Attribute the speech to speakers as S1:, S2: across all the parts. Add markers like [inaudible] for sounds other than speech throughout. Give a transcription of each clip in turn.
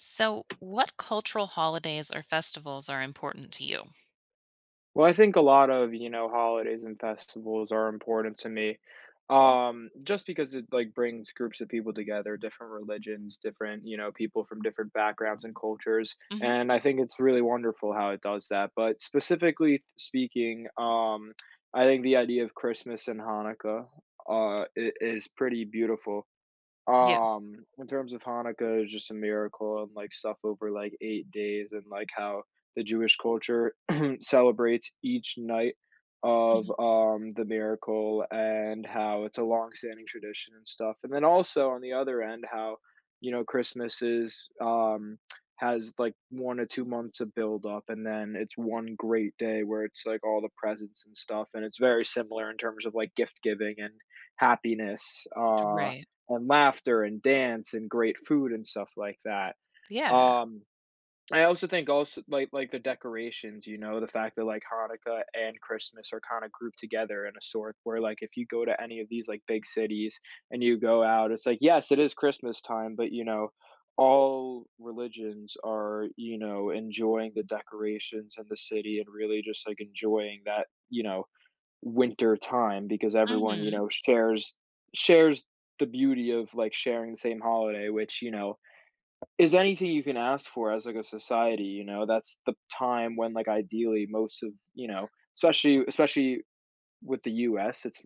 S1: So, what cultural holidays or festivals are important to you?
S2: Well, I think a lot of, you know, holidays and festivals are important to me, just because it, like, brings groups of people together, different religions, different, you know, people from different backgrounds and cultures,
S1: Hmm.
S2: and I think it's really wonderful how it does that, but specifically speaking, I think the idea of Christmas and Hanukkah, I is pretty beautiful.
S1: Yeah.
S2: In terms of Hanukkah, it's just a miracle and, like, stuff over, like, 8 days and, like, how the Jewish culture [clears throat] celebrates each night of,
S1: Mhm.
S2: the miracle and how it's a longstanding tradition and stuff, and then also on the other end, how, you know, Christmas has, like, 1 or 2 months of build up, and then it's one great day where it's, like, all the presents and stuff, and it's very similar in terms of, like, gift giving and happiness,
S1: Right.
S2: and laughter and dance and great food and stuff like that.
S1: Yeah.
S2: Um, I also think also like the decorations, you know, the fact that like Hanukkah and Christmas are kind of grouped together in a sort where like if you go to any of these like big cities and you go out, it's like yes, it is Christmas time, but you know, all religions are, you know, enjoying the decorations in the city and really just like enjoying that, you know, winter time because everyone you
S1: Hmm.
S2: know shares the beauty of like sharing the same holiday, which you know is anything you can ask for as like a society. You know, that's the time when like ideally most of, you know, especially with the us, it's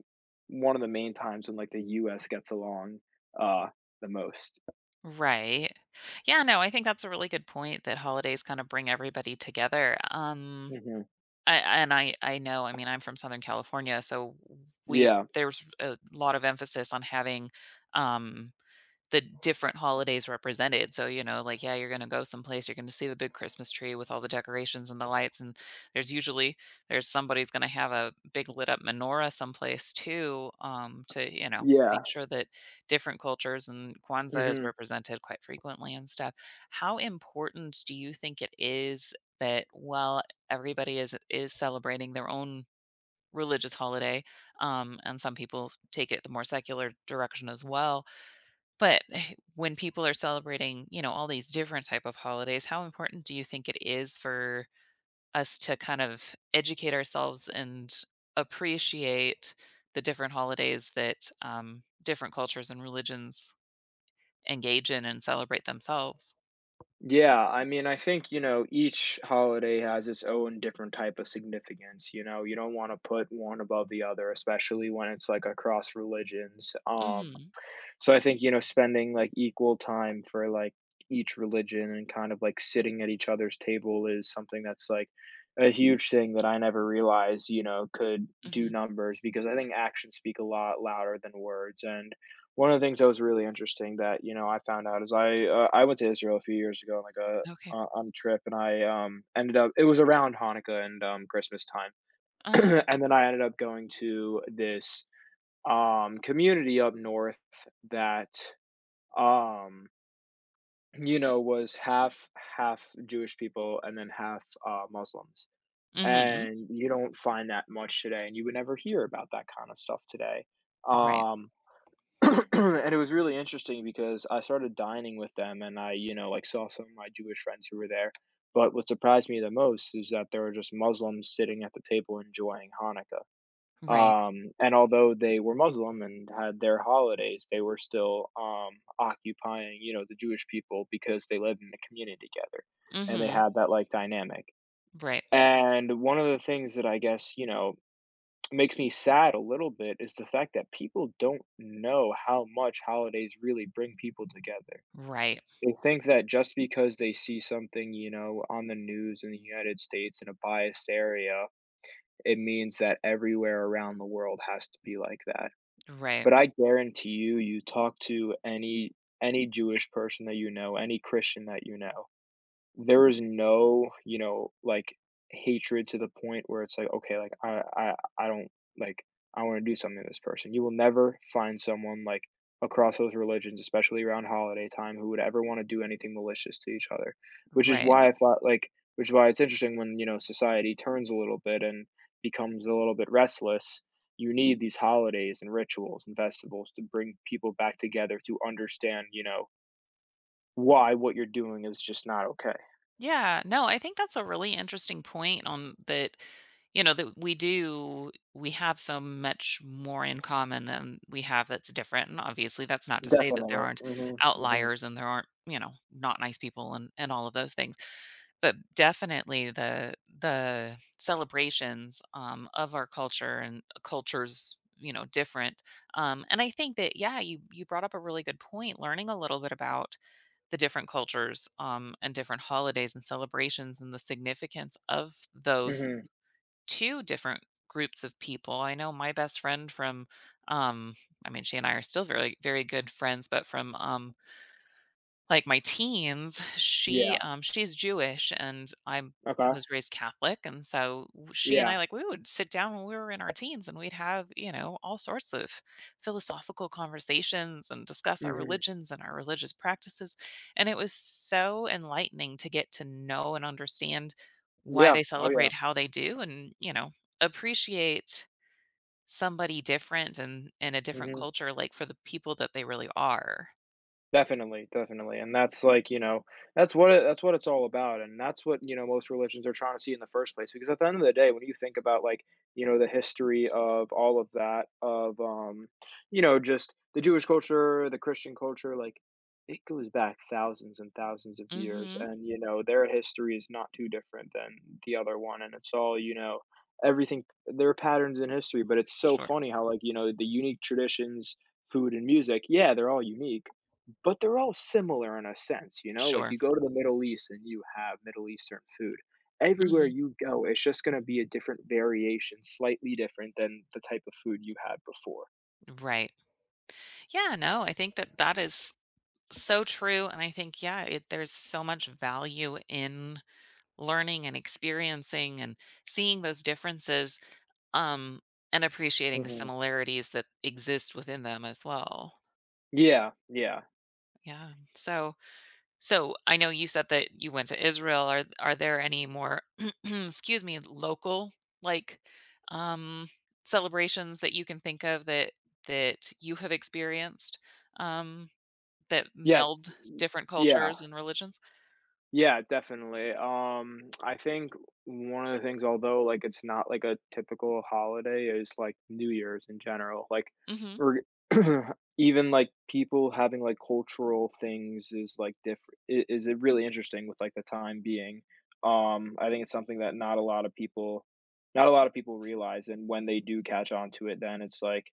S2: one of the main times when like the us gets along, uh the most.
S1: Right. Yeah. No, I think that's a really good point that holidays kind of bring everybody together. Um,
S2: Hmm.
S1: I, and I, I know, I mean, I'm from Southern California, so
S2: Yeah,
S1: there's a lot of emphasis on having, um, the different holidays represented. So, you know, like, yeah, you're going to go someplace, you're going to see the big Christmas tree with all the decorations and the lights. And there's usually, there's somebody's going to have a big lit up menorah someplace too, to, you know,
S2: yeah.
S1: make sure that different cultures and Kwanzaa is
S2: Hmm.
S1: represented quite frequently and stuff. How important do you think it is that while everybody is celebrating their own religious holiday, and some people take it the more secular direction as well, but when people are celebrating, you know, all these different type of holidays, how important do you think it is for us to kind of educate ourselves and appreciate the different holidays that different cultures and religions engage in and celebrate themselves?
S2: Yeah, I mean, I think, you know, each holiday has its own different type of significance. You know, you don't want to put one above the other, especially when it's like across religions.
S1: Mhm.
S2: So I think, you know, spending like equal time for like each religion and kind of like sitting at each other's table is something that's like a huge thing that I never realized, you know, could do
S1: Mhm.
S2: numbers, because I think actions speak a lot louder than words. And one of the things that was really interesting that, you know, I found out is I went to Israel a few years ago, like, a
S1: Okay.
S2: on a trip, and I, ended up it was around Hanukkah and, Christmas time,
S1: Uh-huh.
S2: [clears throat] and then I ended up going to this, community up north that, um, you know, was half Jewish people and then half, Muslims,
S1: Mhm.
S2: and you don't find that much today, and you would never hear about that kinda stuff today,
S1: Right.
S2: um. [clears throat] And it was really interesting because I started dining with them and I, you know, like saw some of my Jewish friends who were there. But what surprised me the most is that there were just Muslims sitting at the table enjoying Hanukkah.
S1: Right.
S2: And although they were Muslim and had their holidays, they were still, occupying, you know, the Jewish people because they lived in the community together and they
S1: Mhm.
S2: had that like dynamic.
S1: Right.
S2: And one of the things that I guess, you know, makes me sad a little bit is the fact that people don't know how much holidays really bring people together.
S1: Right.
S2: They think that just because they see something, you know, on the news in the United States in a biased area, it means that everywhere around the world has to be like that.
S1: Right.
S2: But I guarantee you, you talk to any Jewish person that you know, any Christian that you know, there is no, you know, like, hatred to the point where it's like, "Okay, like, I don't like, I wanna do something to this person." You will never find someone, like, across those religions, especially around holiday time, who would ever wanna do anything malicious to each other, which is
S1: Right.
S2: why I Right. thought, like which is why it's interesting when, you know, society turns a little bit and becomes a little bit restless. You need these holidays and rituals and festivals to bring people back together to understand, you know, why what you're doing is just not okay.
S1: Yeah, no, I think that's a really interesting point on that, you know, that we do, we have so much more in common than we have that's different. And obviously, that's not to say that there
S2: Definitely.
S1: aren't
S2: Mhm, mhm,
S1: outliers and there aren't, you know, not nice people, and all of those things. But definitely the celebrations of our culture and cultures, you know, different. And I think that, yeah, you brought up a really good point, learning a little bit about the different cultures, and different holidays and celebrations and the significance of those
S2: mhm.
S1: 2 different groups of people. I know my best friend from, um I mean, she and I are still very, very good friends, but from, like my teens, she,
S2: Yeah.
S1: um, she's Jewish and I
S2: Okay.
S1: was raised Catholic, and so she and
S2: Yeah.
S1: I, like, we would sit down when we were in our teens and we'd have all sorts of philosophical conversations and discuss our
S2: Mhm.
S1: religions and our religious practices. And it was so enlightening to get to know and understand why
S2: Yeah.
S1: they
S2: Oh, yeah.
S1: celebrate how they do and, you know, appreciate somebody different and in a different
S2: Mhm.
S1: culture, like, for the people that they really are.
S2: Definitely, definitely, and that's like, you know, that's what it's all about, and that's what, you know, most religions are trying to see in the first place, because at the end of the day, when you think about, like, you know, the history of all of that, of, you know, just the Jewish culture, the Christian culture, like, it goes back thousands and thousands of years,
S1: Mhm.
S2: and, you know, their history is not too different than the other one, and it's all, you know, everything, there are patterns in history, but it's so
S1: Sure.
S2: funny how, like, you know, the unique traditions, food and music, yeah, they're all unique, but they're all similar in a sense, you know? Like,
S1: Sure.
S2: you go to the Middle East and you have Middle Eastern food. Everywhere
S1: Mhm.
S2: you go, it's just gonna be a different variation, slightly different than the type of food you had before.
S1: Right. Yeah, no, I think that that is so true. And I think, yeah, there's so much value in learning and experiencing and seeing those differences, um, and appreciating the
S2: Mhm.
S1: similarities that exist within them as well.
S2: Yeah, yeah.
S1: Yeah. So, so I know you said that you went to Israel. Are there any more, [clears throat] excuse me, local, like, um, celebrations that you can think of that you have experienced? Um, That
S2: Yes,
S1: meld different
S2: yeah.
S1: cultures and religions?
S2: Yeah, definitely. I think one of the things, although like it's not like a typical holiday, is like New Year's in general. Like,
S1: Mhm,
S2: or [clears throat] even like people having like cultural things is like different. Is it really interesting with like the time being? I think it's something that not a lot of people, not a lot of people realize, and when they do catch on to it, then it's like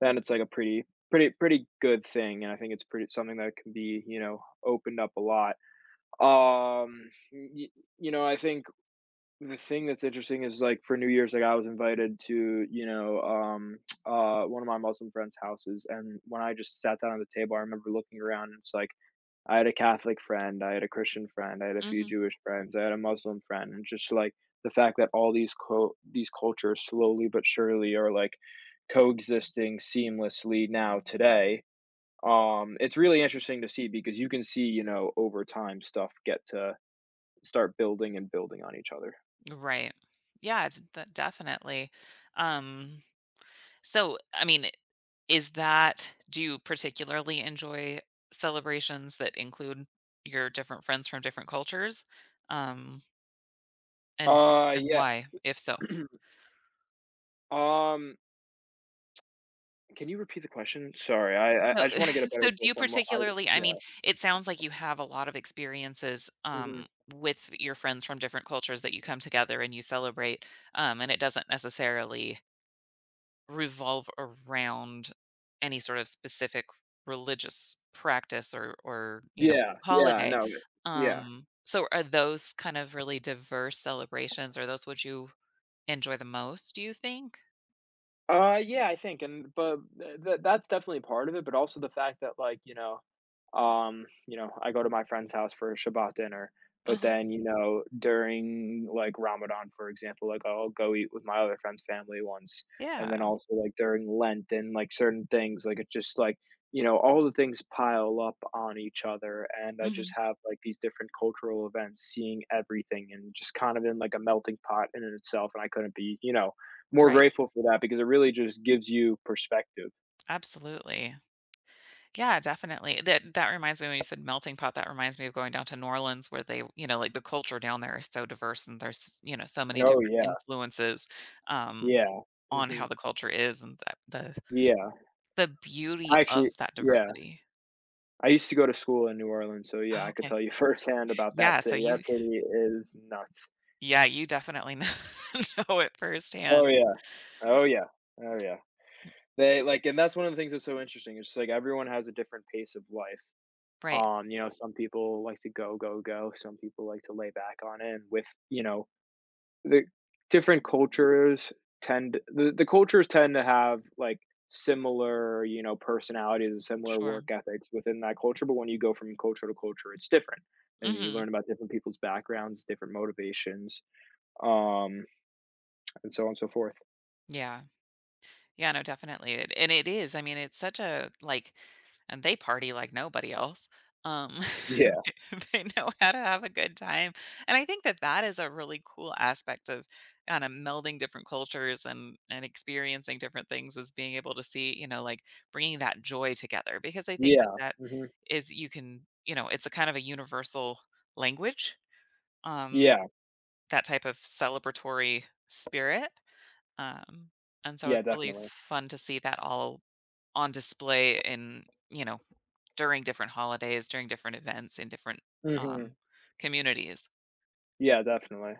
S2: then it's like a pretty, pretty, pretty good thing, and I think it's pretty something that can be, you know, opened up a lot, y you know, I think the thing that's interesting is, like, for New Year's, like, I was invited to, you know, [tsk] one of my Muslim friends' houses, and when I just sat down at the table, I remember looking around, and it's like, I had a Catholic friend, I had a Christian friend, I had a few
S1: mhm.
S2: Jewish friends, I had a Muslim friend, and just, like, the fact that all these cultures slowly but surely are, like, coexisting seamlessly now today, it's really interesting to see because you can see, you know, over time stuff get to start building and building on each other.
S1: Right. Yeah, it's d definitely. Um, so, I mean, is that do you particularly enjoy celebrations that include your different friends from different cultures? Um, and and
S2: Yeah.
S1: why, if so?
S2: [clears throat] Um, can you repeat the question? Sorry, I I
S1: So
S2: I just
S1: [laughs]
S2: wanna get a better
S1: so do you
S2: grasp on what I,
S1: particularly, I
S2: yeah.
S1: mean, it sounds like you have a lot of experiences,
S2: Mhm.
S1: with your friends from different cultures that you come together and you celebrate, and it doesn't necessarily revolve around any sort of specific religious practice or or,
S2: Yeah, yeah,
S1: holiday.
S2: no, yeah.
S1: So are those kind of really diverse celebrations? Are those what you enjoy the most, do you think?
S2: Yeah, I think, and but th th that's definitely part of it, but also the fact that, like, you know, you know, I go to my friend's house for a Shabbat dinner. But
S1: Mhm.
S2: then, you know, during like Ramadan, for example, like I'll go eat with my other friend's family once. And then
S1: Yeah.
S2: also like during Lent and like certain things, like it's just like, you know, all the things pile up on each other. And I just
S1: Mhm.
S2: have like these different cultural events, seeing everything and just kind of in like a melting pot in and itself. And I couldn't be, you know, more
S1: Right.
S2: grateful for that because it really just gives you perspective.
S1: Absolutely. Yeah, definitely. That that reminds me when you said melting pot, that reminds me of going down to New Orleans where they, you know, like, the culture down there is so diverse and there's, you know, so many
S2: Oh,
S1: different
S2: yeah.
S1: influences, um,
S2: Yeah.
S1: on
S2: Hmm.
S1: how the culture is and that the
S2: Yeah.
S1: The beauty of
S2: Actually,
S1: that
S2: yeah.
S1: diversity.
S2: I used to go to school in New Orleans, so yeah,
S1: Oh,
S2: I could
S1: okay.
S2: tell you [laughs] firsthand about that
S1: Yeah, so
S2: city.
S1: you,
S2: That city is nuts.
S1: yeah, you definitely kn [laughs] know it
S2: Oh,
S1: firsthand.
S2: yeah. Oh, yeah. Oh, yeah. They like and that's one of the things that's so interesting. It's just like everyone has a different pace of life.
S1: Right.
S2: You know, some people like to go, go, go. Some people like to lay back on it. And with, you know, the different the cultures tend to have like similar, you know, personalities and similar
S1: Sure.
S2: work ethics within that culture, but when you go from culture to culture it's different and you
S1: Mhm.
S2: learn about different people's backgrounds, different motivations, um, and so on and so forth.
S1: Yeah. Yeah, no, definitely. It, and it is. I mean, it's such a, like, and they party like nobody else. Um,
S2: Yeah,
S1: [laughs] they know how to have a good time, and I think that that is a really cool aspect of kind of melding different cultures and experiencing different things, is being able to see, you know, like, bringing that joy together, because I think that
S2: yeah.
S1: that
S2: Hmm.
S1: is you can, you know, it's a kind of a universal language. Um,
S2: Yeah,
S1: that type of celebratory spirit, um, and so
S2: yeah,
S1: it's really
S2: definitely.
S1: fun to see that all on display in, you know, during different holidays, during different events in different
S2: Hmm.
S1: um communities.
S2: Yeah, definitely.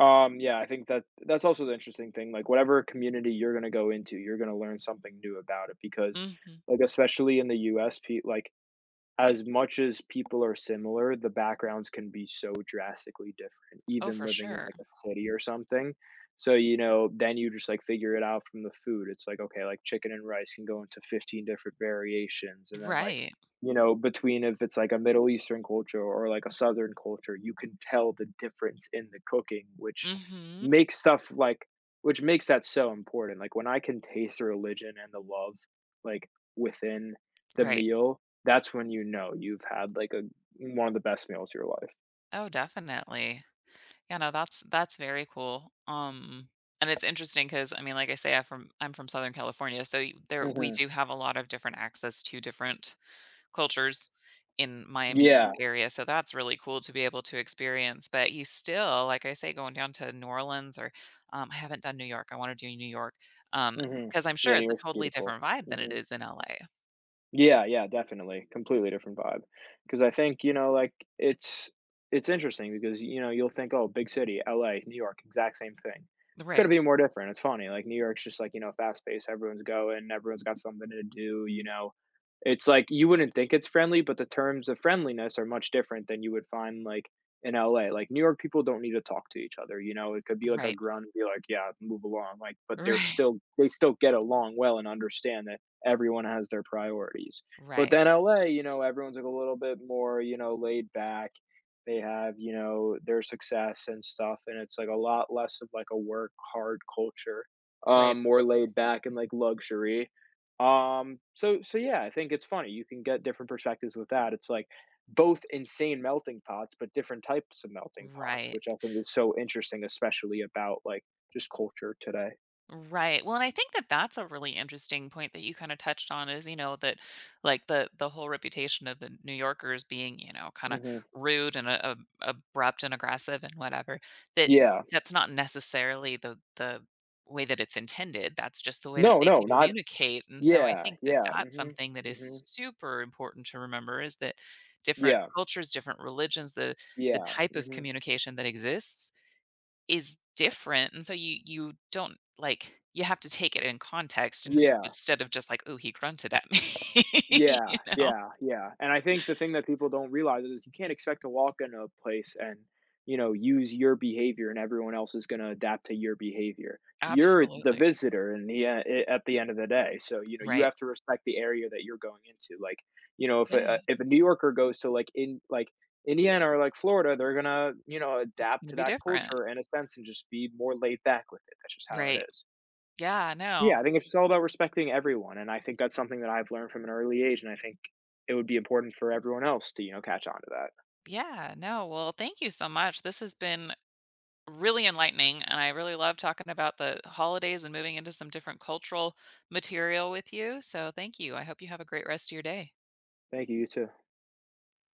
S2: Yeah, I think that that's also the interesting thing, like, whatever community you're gonna go into, you're gonna learn something new about it because,
S1: Mhm.
S2: like, especially in the US, pe like, as much as people are similar, the backgrounds can be so drastically different,
S1: Oh,
S2: even
S1: for
S2: living in
S1: sure.
S2: like a city or something. So, you know, then you just like figure it out from the food. It's like, okay, like chicken and rice can go into 15 different variations. And then, like,
S1: Right.
S2: you know, between if it's like a Middle Eastern culture or like a Southern culture, you can tell the difference in the cooking, which
S1: Mhm.
S2: makes stuff like, which makes that so important. Like, when I can taste the religion and the love, like, within the
S1: Right.
S2: meal, that's when you know you've had, like, a one of the best meals of your life.
S1: Oh, definitely. Yeah, no, that's very cool. And it's interesting cuz, I mean, like I say, I'm from Southern California, so there we
S2: Mhm.
S1: do have a lot of different access to different cultures in my immediate
S2: Yeah.
S1: area, so that's really cool to be able to experience, but you still, like I say, going down to New Orleans or, I haven't done New York, I wanna do New York, because
S2: Mhm.
S1: 'cause I'm sure
S2: Yeah, New
S1: it's a
S2: York's
S1: totally
S2: beautiful.
S1: different vibe than it
S2: Mhm.
S1: is in LA.
S2: Yeah, yeah, definitely. Completely different vibe. Because I think, you know, like, it's interesting because, you know, you'll think, "Oh, big city, LA, New York, exact same thing."
S1: Right.
S2: Couldn't be more different. It's funny, like, New York's just, like, you know, fast-paced, everyone's going, everyone's got something to do, you know? It's like, you wouldn't think it's friendly, but the terms of friendliness are much different than you would find, like, in LA. Like, New York people don't need to talk to each other, you know? It could be like a
S1: Right.
S2: grunt and be like, "Yeah, move along," like, but they're
S1: Right.
S2: still they still get along well and understand that everyone has their priorities.
S1: [laughs]
S2: But
S1: Right.
S2: then LA, you know, everyone's like a little bit more, you know, laid back. They have, you know, their success and stuff, and it's like a lot less of like a work hard culture,
S1: Right.
S2: more laid back and like luxury. So yeah, I think it's funny. You can get different perspectives with that. It's like both insane melting pots, but different types of melting pots,
S1: Right.
S2: which I think is so interesting, especially about like just culture today.
S1: Right. Well, and I think that that's a really interesting point that you kind of touched on is, you know, that like the whole reputation of the New Yorkers being, you know, kind of
S2: Hmm.
S1: rude and abrupt and aggressive and whatever. That
S2: Yeah.
S1: that's not necessarily the way that it's intended. That's just the way that
S2: No,
S1: they
S2: no, not
S1: communicate. And so I
S2: Yeah,
S1: think that
S2: yeah,
S1: that's
S2: mhm,
S1: something that is
S2: mhm,
S1: super important to remember is that different
S2: yeah,
S1: cultures, different religions, the
S2: yeah,
S1: type of
S2: mhm,
S1: communication that exists is different, and so you don't, like, you have to take it in context and instead
S2: yeah,
S1: of just like, "oh, he grunted at me," [laughs]
S2: yeah,
S1: you know?
S2: yeah, yeah, and I think the thing that people don't realize is you can't expect to walk in a place and, you know, use your behavior and everyone else is gonna adapt to your behavior. You're the
S1: Absolutely.
S2: visitor in the e eh, at the end of the day, so, you know, you
S1: Right.
S2: have to respect the area that you're going into, like, you know,
S1: Yeah,
S2: if a New Yorker goes to, like, in like, Indiana or, like, Florida, they're gonna, you know,
S1: it's
S2: adapt
S1: gonna
S2: to
S1: be
S2: that
S1: different.
S2: culture in a sense and just be more laid back with it. That's just how it
S1: Right.
S2: is.
S1: Yeah,
S2: Yeah,
S1: no.
S2: I think it's just all about respecting everyone, and I think that's something that I've learned from an early age, and I think it would be important for everyone else to, you know, catch on to that.
S1: Yeah, no, well, thank you so much. This has been really enlightening, and I really love talking about the holidays and moving into some different cultural material with you, so thank you. I hope you have a great rest of your day.
S2: Thank you, you too.